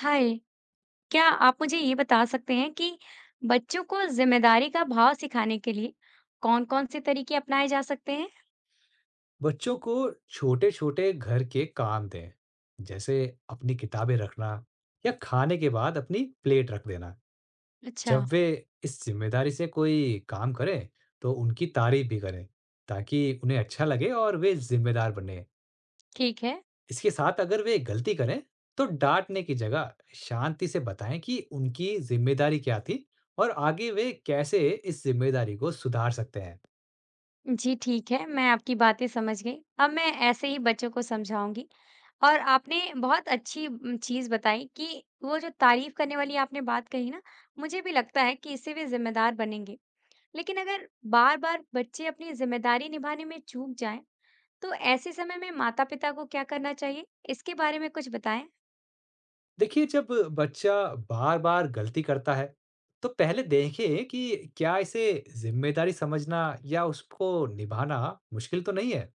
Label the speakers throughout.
Speaker 1: हाय, क्या आप मुझे ये बता सकते हैं कि बच्चों को जिम्मेदारी का भाव सिखाने के लिए कौन-कौन से तरीके अपनाए जा सकते हैं?
Speaker 2: बच्चों को छोटे छोटे घर के काम दें, जैसे अपनी किताबें रखना या खाने के बाद अपनी प्लेट रख देना। जब
Speaker 1: अच्छा,
Speaker 2: वे इस जिम्मेदारी से कोई काम करें, तो उनकी तारीफ भी करें, ताकि उन्हें अच्छा लगे और वे जिम्मेदार बने।
Speaker 1: ठीक है।
Speaker 2: इसके साथ अगर वे गलती करें, तो डांटने की जगह शांति से बताएं कि उनकी जिम्मेदारी क्या थी और आगे वे कैसे इस जिम्मेदारी को सुधार सकते हैं।
Speaker 1: जी, ठीक है। मैं आपकी बातें समझ गई। अब मैं ऐसे ही बच्चों को समझाऊंगी। और आपने बहुत अच्छी चीज़ बताई कि वो जो तारीफ करने वाली आपने बात कही ना, मुझे भी लगता है कि इससे वे जिम्मेदार बनेंगे। लेकिन अगर बार-बार बच्चे अपनी जिम्मेदारी निभाने में चूक जाएं, तो ऐसे समय में माता-पिता को क्या करना चाहिए? इसके बारे में कुछ बताएँ?
Speaker 2: देखिए, जब बच्चा बार-बार गलती करता है, तो पहले देखें कि क्या इसे जिम्मेदारी समझना या उसको निभाना मुश्किल तो नहीं है।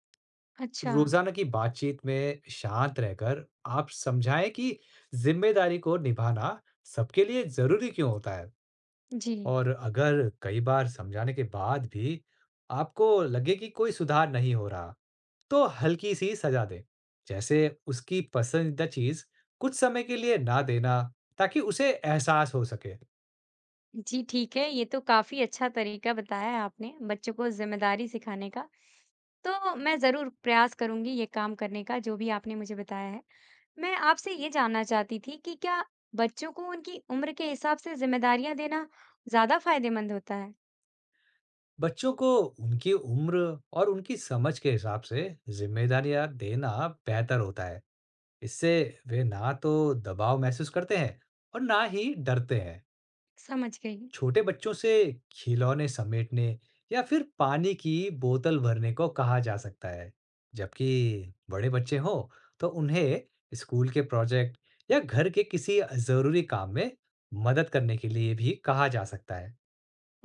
Speaker 1: अच्छा,
Speaker 2: रोज़ाना की बातचीत में शांत रहकर आप समझाएं कि जिम्मेदारी को निभाना सबके लिए ज़रूरी क्यों होता है।
Speaker 1: जी।
Speaker 2: और अगर कई बार समझाने के बाद भी आपको लगे कि कोई सुधार नहीं हो रहा, तो हल्की सी सजा दें, जैसे उसकी पसंदीदा चीज कुछ समय के लिए ना देना, ताकि उसे एहसास हो सके।
Speaker 1: जी, ठीक है। ये तो काफ़ी अच्छा तरीका बताया है आपने, बच्चों को ज़िम्मेदारी सिखाने का। तो मैं ज़रूर प्रयास करूँगी ये काम करने का, जो भी आपने मुझे बताया है। मैं आपसे ये जानना चाहती थी कि क्या बच्चों को उनकी उम्र के हिसाब से ज़िम्मेदारियाँ देना ज़्यादा फ़ायदेमंद होता है?
Speaker 2: बच्चों को उनकी उम्र और उनकी समझ के हिसाब से जिम्मेदारियां देना बेहतर होता है। इससे वे ना तो दबाव महसूस करते हैं और ना ही डरते हैं।
Speaker 1: समझ गई।
Speaker 2: छोटे बच्चों से खिलौने समेटने या फिर पानी की बोतल भरने को कहा जा सकता है, जबकि बड़े बच्चे हों तो उन्हें स्कूल के प्रोजेक्ट या घर के किसी जरूरी काम में मदद करने के लिए भी कहा जा सकता है।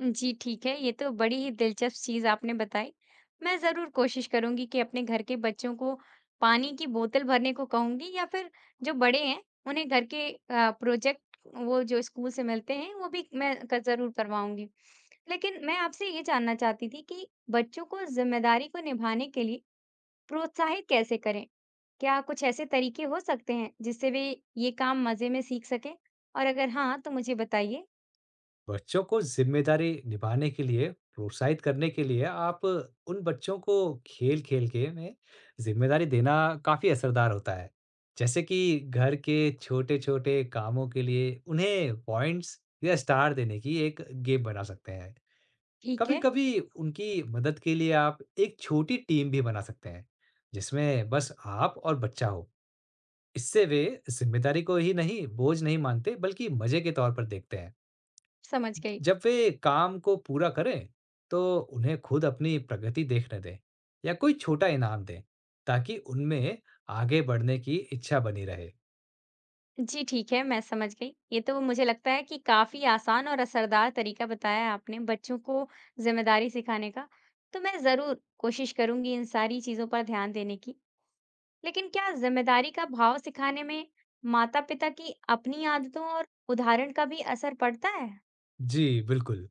Speaker 1: जी ठीक है, ये तो बड़ी ही दिलचस्प चीज़ आपने बताई। मैं ज़रूर कोशिश करूँगी कि अपने घर के बच्चों को पानी की बोतल भरने को कहूँगी या फिर जो बड़े हैं, उन्हें घर के प्रोजेक्ट वो जो स्कूल से मिलते हैं, वो भी मैं क ज़रूर करवाऊँगी। लेकिन मैं आपसे ये जानना चाहती थी कि बच्चों को ज़िम्मेदारी को निभाने के लिए प्रोत्साहित कैसे करें? क्या कुछ ऐसे तरीके हो सकते हैं, जिससे वे ये काम मज़े में सीख सकें? और अगर हाँ, तो मुझे बताइए।
Speaker 2: बच्चों को जिम्मेदारी निभाने के लिए प्रोत्साहित करने के लिए आप उन बच्चों को खेल खेल के में जिम्मेदारी देना काफी असरदार होता है। जैसे कि घर के छोटे छोटे कामों के लिए उन्हें पॉइंट्स या स्टार देने की एक गेम बना सकते हैं।
Speaker 1: ठीक
Speaker 2: कभी
Speaker 1: है,
Speaker 2: कभी उनकी मदद के लिए आप एक छोटी टीम भी बना सकते हैं, जिसमें बस आप और बच्चा हो। इससे वे जिम्मेदारी को ही नहीं बोझ नहीं मानते, बल्कि मजे के तौर पर देखते हैं।
Speaker 1: समझ गई।
Speaker 2: जब वे काम को पूरा करें, तो उन्हें खुद अपनी प्रगति देखने दें या कोई छोटा इनाम दें, ताकि उनमें आगे बढ़ने की इच्छा बनी रहे।
Speaker 1: जी ठीक है, मैं समझ गई। ये तो मुझे लगता है कि काफ़ी आसान और असरदार तरीका बताया है आपने बच्चों को ज़िम्मेदारी सिखाने का। तो मैं ज़रूर कोशिश करूँगी इन सारी चीज़ों पर ध्यान देने की। लेकिन क्या ज़िम्मेदारी का भाव सिखाने में माता-पिता की अपनी आदतों और उदाहरण का भी असर पड़ता है?
Speaker 2: जी, बिल्कुल।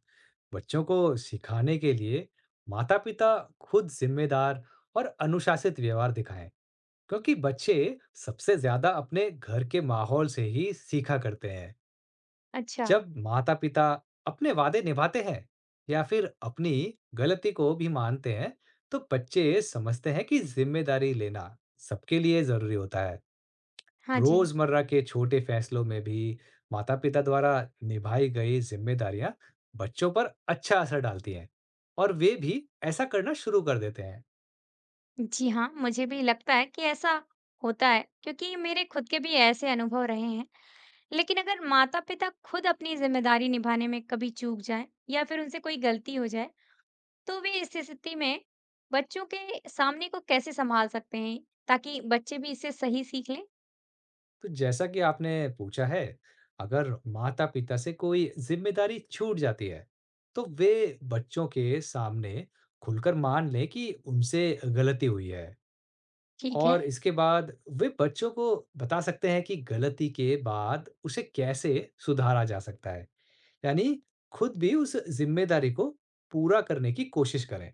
Speaker 2: बच्चों को सिखाने के लिए माता-पिता खुद जिम्मेदार और अनुशासित व्यवहार दिखाएं, क्योंकि बच्चे सबसे ज़्यादा अपने घर के माहौल से ही सीखा करते हैं।
Speaker 1: अच्छा,
Speaker 2: जब माता-पिता अपने वादे निभाते हैं या फिर अपनी गलती को भी मानते हैं, तो बच्चे समझते हैं कि जिम्मेदारी लेना सबके लिए जरूरी होता है।
Speaker 1: हाँ जी।
Speaker 2: रोजमर्रा के छोटे फैसलों में भी माता-पिता द्वारा निभाई गई जिम्मेदारियां बच्चों पर अच्छा असर डालती हैं और वे भी ऐसा करना शुरू कर देते हैं।
Speaker 1: जी हाँ, मुझे भी लगता है कि ऐसा होता है क्योंकि मेरे खुद के भी ऐसे अनुभव रहे हैं। लेकिन अगर माता-पिता खुद अपनी जिम्मेदारी निभाने में कभी चूक जाएं या फिर उनसे कोई गलती हो जाए, तो वे इस स्थिति में बच्चों के सामने को कैसे संभाल सकते हैं ताकि बच्चे भी इससे सही सीख लें?
Speaker 2: तो जैसा कि आपने पूछा है, अगर माता-पिता से कोई जिम्मेदारी छूट जाती है, तो वे बच्चों के सामने खुलकर मान लें कि उनसे गलती हुई है।
Speaker 1: ठीक है,
Speaker 2: और इसके बाद वे बच्चों को बता सकते हैं कि गलती के बाद उसे कैसे सुधारा जा सकता है। यानी खुद भी उस जिम्मेदारी को पूरा करने की कोशिश करें।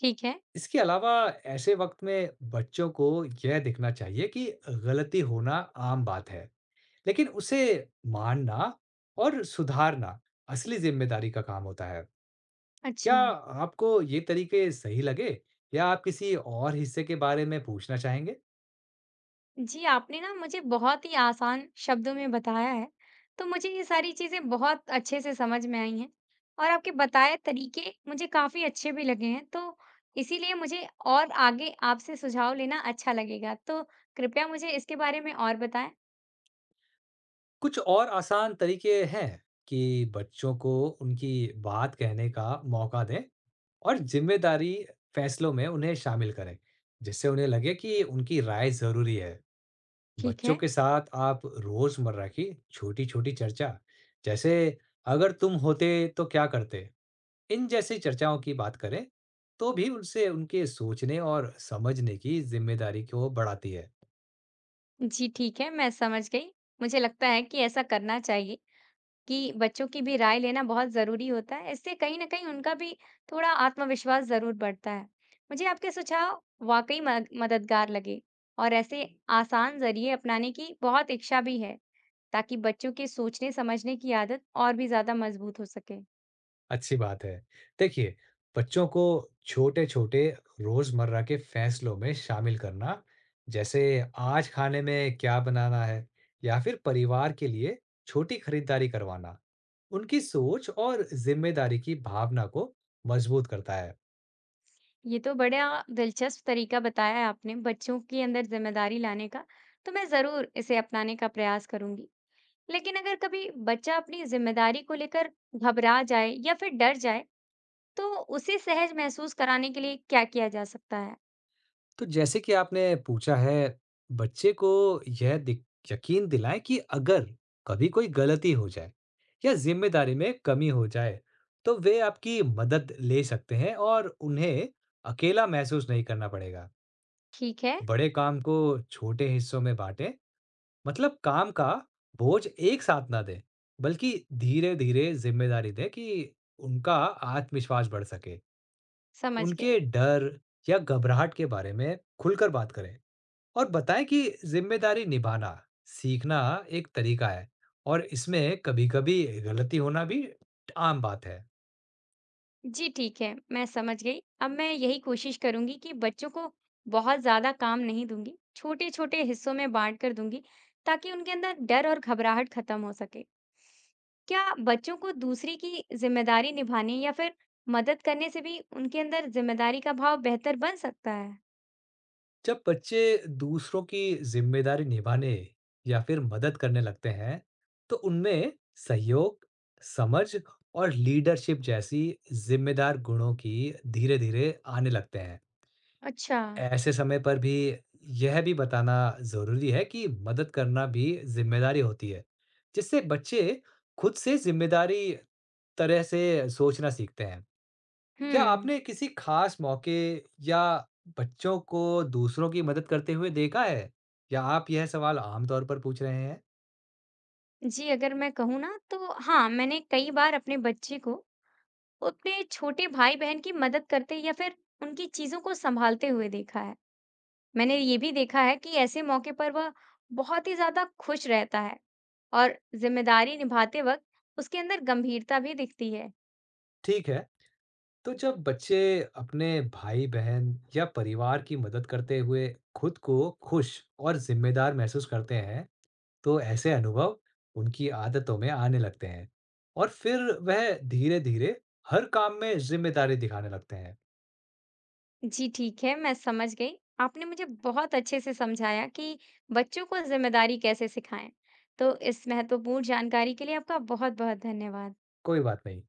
Speaker 1: ठीक है।
Speaker 2: इसके अलावा ऐसे वक्त में बच्चों को यह दिखना चाहिए कि गलती होना आम बात है। लेकिन उसे मानना और सुधारना असली जिम्मेदारी का काम होता है। क्या
Speaker 1: अच्छा।
Speaker 2: आपको ये तरीके सही लगे, या आप किसी और हिस्से के बारे में पूछना चाहेंगे?
Speaker 1: जी, आपने ना मुझे बहुत ही आसान शब्दों में बताया है, तो मुझे ये सारी चीज़ें बहुत अच्छे से समझ में आई हैं और आपके बताए तरीके मुझे काफ़ी अच्छे भी लगे हैं, तो इसीलिए मुझे और आगे आपसे सुझाव लेना अच्छा लगेगा। तो कृपया मुझे इसके बारे में और बताएँ।
Speaker 2: कुछ और आसान तरीके हैं कि बच्चों को उनकी बात कहने का मौका दें और जिम्मेदारी फैसलों में उन्हें शामिल करें, जिससे उन्हें लगे कि उनकी राय ज़रूरी है।
Speaker 1: ठीक
Speaker 2: बच्चों
Speaker 1: है।
Speaker 2: के साथ आप रोज़मर्रा की छोटी-छोटी चर्चा, जैसे अगर तुम होते तो क्या करते? इन जैसी चर्चाओं की बात करें, तो भी उनसे उनके सोचने और समझने की जिम्मेदारी को बढ़ाती है।
Speaker 1: जी, ठीक है, मैं समझ गई। मुझे लगता है कि ऐसा करना चाहिए। कि बच्चों की भी राय लेना बहुत ज़रूरी होता है। इससे कहीं न कहीं उनका भी थोड़ा आत्मविश्वास ज़रूर बढ़ता है। मुझे आपके सुझाव वाक़ई मद मददगार लगे और ऐसे आसान ज़रिए अपनाने की बहुत इच्छा भी है, ताकि बच्चों के सोचने-समझने की आदत और भी ज़्यादा मज़बूत हो सके।
Speaker 2: अच्छी बात है। देखिए, बच्चों को छोटे छोटे रोजमर्रा के फैसलों में शामिल करना, जैसे आज खाने में क्या बनाना है या फिर परिवार के लिए छोटी खरीदारी करवाना, उनकी सोच और जिम्मेदारी की भावना को मजबूत करता है।
Speaker 1: ये तो बड़ा दिलचस्प तरीका बताया है आपने बच्चों के अंदर ज़िम्मेदारी लाने का, तो मैं ज़रूर इसे अपनाने का प्रयास करूँगी। लेकिन अगर कभी बच्चा अपनी ज़िम्मेदारी को लेकर घबरा जाए या फिर डर जाए, तो उसे सहज महसूस कराने के लिए क्या किया जा सकता है?
Speaker 2: तो जैसे कि आपने पूछा है, बच्चे को यह दिक यकीन दिलाएँ कि अगर कभी कोई गलती हो जाए या ज़िम्मेदारी में कमी हो जाए, तो वे आपकी मदद ले सकते हैं और उन्हें अकेला महसूस नहीं करना पड़ेगा।
Speaker 1: ठीक है,
Speaker 2: बड़े काम को छोटे हिस्सों में बाँटें, मतलब काम का बोझ एक साथ ना दें, बल्कि धीरे-धीरे ज़िम्मेदारी दें कि उनका आत्मविश्वास बढ़ सके।
Speaker 1: समझ
Speaker 2: उनके
Speaker 1: गई।
Speaker 2: डर या घबराहट के बारे में खुलकर बात करें। और बताएं कि जिम्मेदारी निभाना सीखना एक तरीका है और इसमें कभी-कभी गलती होना भी आम बात है।
Speaker 1: जी ठीक है, मैं समझ गई। अब मैं यही कोशिश करूंगी कि बच्चों को बहुत ज्यादा काम नहीं दूंगी, छोटे-छोटे हिस्सों में बांट कर दूंगी ताकि उनके अंदर डर और घबराहट खत्म हो सके। क्या बच्चों को दूसरे की जिम्मेदारी निभाने या फिर मदद करने से भी उनके अंदर जिम्मेदारी का भाव बेहतर बन सकता है?
Speaker 2: जब बच्चे दूसरों की जिम्मेदारी निभाने या फिर मदद करने लगते हैं, तो उनमें सहयोग, समझ और लीडरशिप जैसी जिम्मेदार गुणों की धीरे-धीरे आने लगते हैं।
Speaker 1: अच्छा।
Speaker 2: ऐसे समय पर भी यह भी बताना ज़रूरी है कि मदद करना भी ज़िम्मेदारी होती है, जिससे बच्चे खुद से ज़िम्मेदारी तरह से सोचना सीखते हैं। क्या
Speaker 1: हम्म।
Speaker 2: आपने किसी ख़ास मौके या बच्चों को दूसरों की मदद करते हुए देखा है? या आप यह सवाल आम तौर पर पूछ रहे हैं?
Speaker 1: जी अगर मैं कहूँ ना तो हाँ, मैंने कई बार अपने बच्चे को वो अपने छोटे भाई बहन की मदद करते या फिर उनकी चीजों को संभालते हुए देखा है। मैंने ये भी देखा है कि ऐसे मौके पर वह बहुत ही ज्यादा खुश रहता है और जिम्मेदारी निभाते वक्त उसके अंदर गंभीरता भी दिखती है।
Speaker 2: ठीक है, तो जब बच्चे अपने भाई-बहन या परिवार की मदद करते हुए खुद को खुश और ज़िम्मेदार महसूस करते हैं, तो ऐसे अनुभव उनकी आदतों में आने लगते हैं और फिर वह धीरे धीरे हर काम में जिम्मेदारी दिखाने लगते हैं।
Speaker 1: जी ठीक है, मैं समझ गई। आपने मुझे बहुत अच्छे से समझाया कि बच्चों को जिम्मेदारी कैसे सिखाएं। तो इस महत्वपूर्ण जानकारी के लिए आपका बहुत बहुत धन्यवाद।
Speaker 2: कोई बात नहीं।